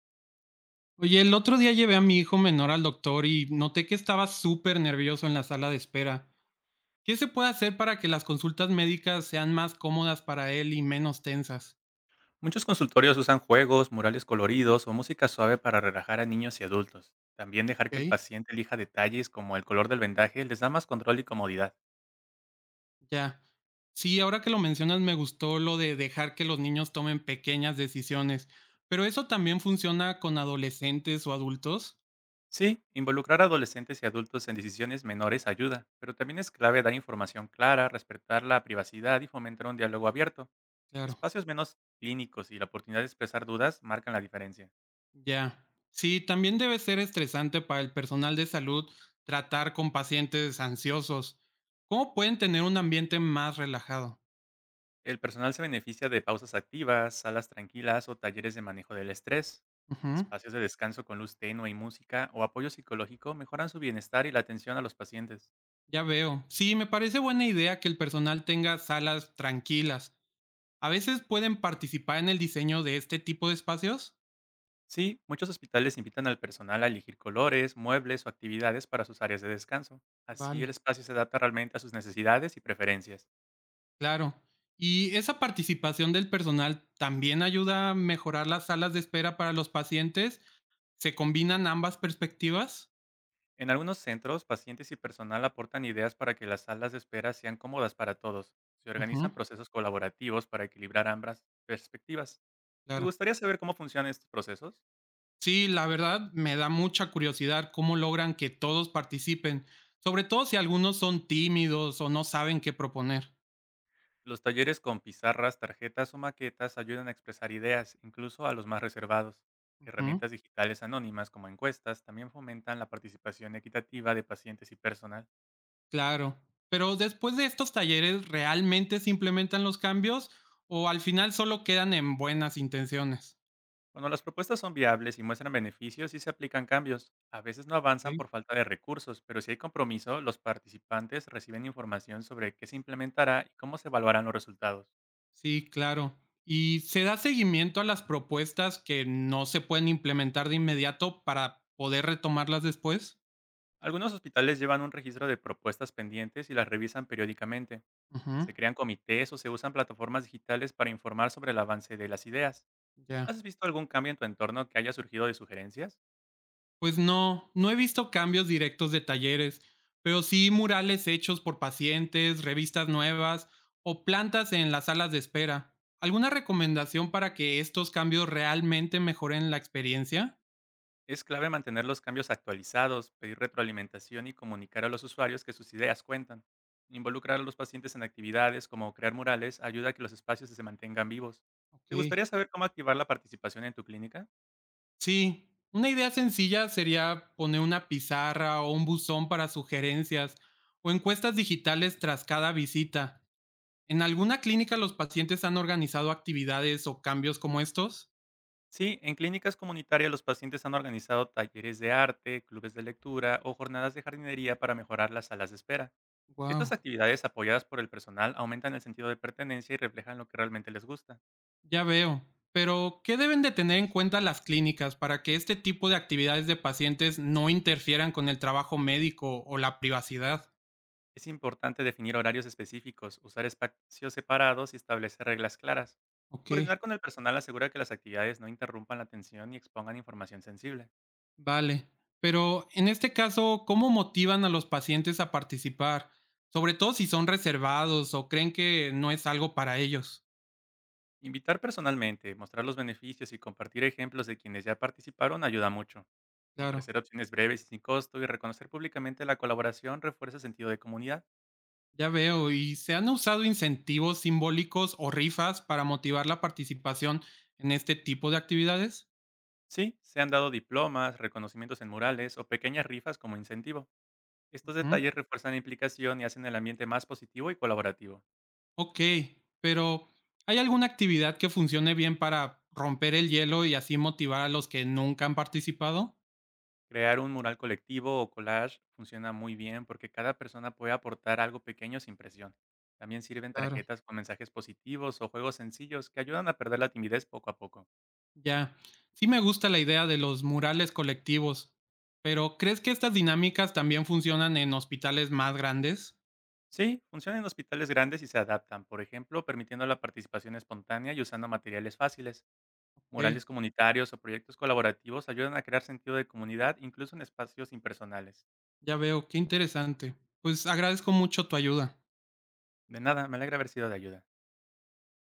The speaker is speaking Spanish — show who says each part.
Speaker 1: Oye, el otro día llevé a mi hijo menor al doctor y noté que estaba súper nervioso en la sala de espera. ¿Qué se puede hacer para que las consultas médicas sean más cómodas para él y menos tensas?
Speaker 2: Muchos consultorios usan juegos, murales coloridos o música suave para relajar a niños y adultos. También dejar que el
Speaker 1: Ok,
Speaker 2: paciente elija detalles como el color del vendaje les da más control y comodidad.
Speaker 1: ya. Sí, ahora que lo mencionas me gustó lo de dejar que los niños tomen pequeñas decisiones, pero eso también funciona con adolescentes o adultos.
Speaker 2: Sí, involucrar a adolescentes y adultos en decisiones menores ayuda, pero también es clave dar información clara, respetar la privacidad y fomentar un diálogo abierto.
Speaker 1: Claro.
Speaker 2: Espacios menos clínicos y la oportunidad de expresar dudas marcan la diferencia.
Speaker 1: Ya. Sí, también debe ser estresante para el personal de salud tratar con pacientes ansiosos. ¿Cómo pueden tener un ambiente más relajado?
Speaker 2: El personal se beneficia de pausas activas, salas tranquilas o talleres de manejo del estrés.
Speaker 1: Ujú.
Speaker 2: Espacios de descanso con luz tenue y música o apoyo psicológico mejoran su bienestar y la atención a los pacientes.
Speaker 1: Ya veo. Sí, me parece buena idea que el personal tenga salas tranquilas. ¿A veces pueden participar en el diseño de este tipo de espacios?
Speaker 2: Sí, muchos hospitales invitan al personal a elegir colores, muebles o actividades para sus áreas de descanso. Así el
Speaker 1: Vale,
Speaker 2: espacio se adapta realmente a sus necesidades y preferencias.
Speaker 1: claro. ¿Y esa participación del personal también ayuda a mejorar las salas de espera para los pacientes? ¿Se combinan ambas perspectivas?
Speaker 2: En algunos centros, pacientes y personal aportan ideas para que las salas de espera sean cómodas para todos. Se
Speaker 1: Ujú.
Speaker 2: organizan procesos colaborativos para equilibrar ambas perspectivas. ¿Te
Speaker 1: Claro.
Speaker 2: gustaría saber cómo funcionan estos procesos?
Speaker 1: Sí, la verdad me da mucha curiosidad cómo logran que todos participen, sobre todo si algunos son tímidos o no saben qué proponer.
Speaker 2: Los talleres con pizarras, tarjetas o maquetas ayudan a expresar ideas, incluso a los más reservados.
Speaker 1: Ujú,
Speaker 2: Herramientas digitales anónimas como encuestas también fomentan la participación equitativa de pacientes y personal.
Speaker 1: claro. Pero después de estos talleres, ¿realmente se implementan los cambios o al final solo quedan en buenas intenciones?
Speaker 2: Cuando las propuestas son viables y muestran beneficios y se aplican cambios, a veces no avanzan
Speaker 1: Ok.
Speaker 2: por falta de recursos, pero si hay compromiso, los participantes reciben información sobre qué se implementará y cómo se evaluarán los resultados.
Speaker 1: Sí, claro. ¿Y se da seguimiento a las propuestas que no se pueden implementar de inmediato para poder retomarlas después?
Speaker 2: Algunos hospitales llevan un registro de propuestas pendientes y las revisan periódicamente.
Speaker 1: Ujú.
Speaker 2: Se crean comités o se usan plataformas digitales para informar sobre el avance de las ideas.
Speaker 1: Ya.
Speaker 2: ¿Has visto algún cambio en tu entorno que haya surgido de sugerencias?
Speaker 1: Pues no he visto cambios directos de talleres, pero sí murales hechos por pacientes, revistas nuevas o plantas en las salas de espera. ¿Alguna recomendación para que estos cambios realmente mejoren la experiencia?
Speaker 2: Es clave mantener los cambios actualizados, pedir retroalimentación y comunicar a los usuarios que sus ideas cuentan. Involucrar a los pacientes en actividades como crear murales ayuda a que los espacios se mantengan vivos.
Speaker 1: Ok.
Speaker 2: ¿Te gustaría saber cómo activar la participación en tu clínica?
Speaker 1: Sí, una idea sencilla sería poner una pizarra o un buzón para sugerencias o encuestas digitales tras cada visita. ¿En alguna clínica los pacientes han organizado actividades o cambios como estos?
Speaker 2: Sí, en clínicas comunitarias los pacientes han organizado talleres de arte, clubes de lectura o jornadas de jardinería para mejorar las salas de espera. Estas
Speaker 1: Wow.
Speaker 2: actividades apoyadas por el personal aumentan el sentido de pertenencia y reflejan lo que realmente les gusta.
Speaker 1: Ya veo. Pero ¿qué deben de tener en cuenta las clínicas para que este tipo de actividades de pacientes no interfieran con el trabajo médico o la privacidad?
Speaker 2: Es importante definir horarios específicos, usar espacios separados y establecer reglas claras.
Speaker 1: Ok,
Speaker 2: Coordinar con el personal asegura que las actividades no interrumpan la atención y expongan información sensible.
Speaker 1: vale. Pero, en este caso, ¿cómo motivan a los pacientes a participar? Sobre todo si son reservados o creen que no es algo para ellos.
Speaker 2: Invitar personalmente, mostrar los beneficios y compartir ejemplos de quienes ya participaron ayuda mucho.
Speaker 1: Claro,
Speaker 2: Ofrecer opciones breves y sin costo y reconocer públicamente la colaboración refuerza el sentido de comunidad.
Speaker 1: ya veo. ¿Y se han usado incentivos simbólicos o rifas para motivar la participación en este tipo de actividades?
Speaker 2: Sí, se han dado diplomas, reconocimientos en murales o pequeñas rifas como incentivo. Estos
Speaker 1: Ujú.
Speaker 2: detalles refuerzan la implicación y hacen el ambiente más positivo y colaborativo.
Speaker 1: Ok, pero ¿hay alguna actividad que funcione bien para romper el hielo y así motivar a los que nunca han participado?
Speaker 2: Crear un mural colectivo o collage funciona muy bien porque cada persona puede aportar algo pequeño sin presión. También sirven
Speaker 1: Claro.
Speaker 2: tarjetas con mensajes positivos o juegos sencillos que ayudan a perder la timidez poco a poco.
Speaker 1: Ya, sí me gusta la idea de los murales colectivos, pero ¿crees que estas dinámicas también funcionan en hospitales más grandes?
Speaker 2: Sí, funcionan en hospitales grandes y se adaptan, por ejemplo, permitiendo la participación espontánea y usando materiales fáciles.
Speaker 1: Ok,
Speaker 2: Murales comunitarios o proyectos colaborativos ayudan a crear sentido de comunidad incluso en espacios impersonales.
Speaker 1: ya veo, qué interesante. Pues agradezco mucho tu ayuda.
Speaker 2: De nada, me alegra haber sido de ayuda.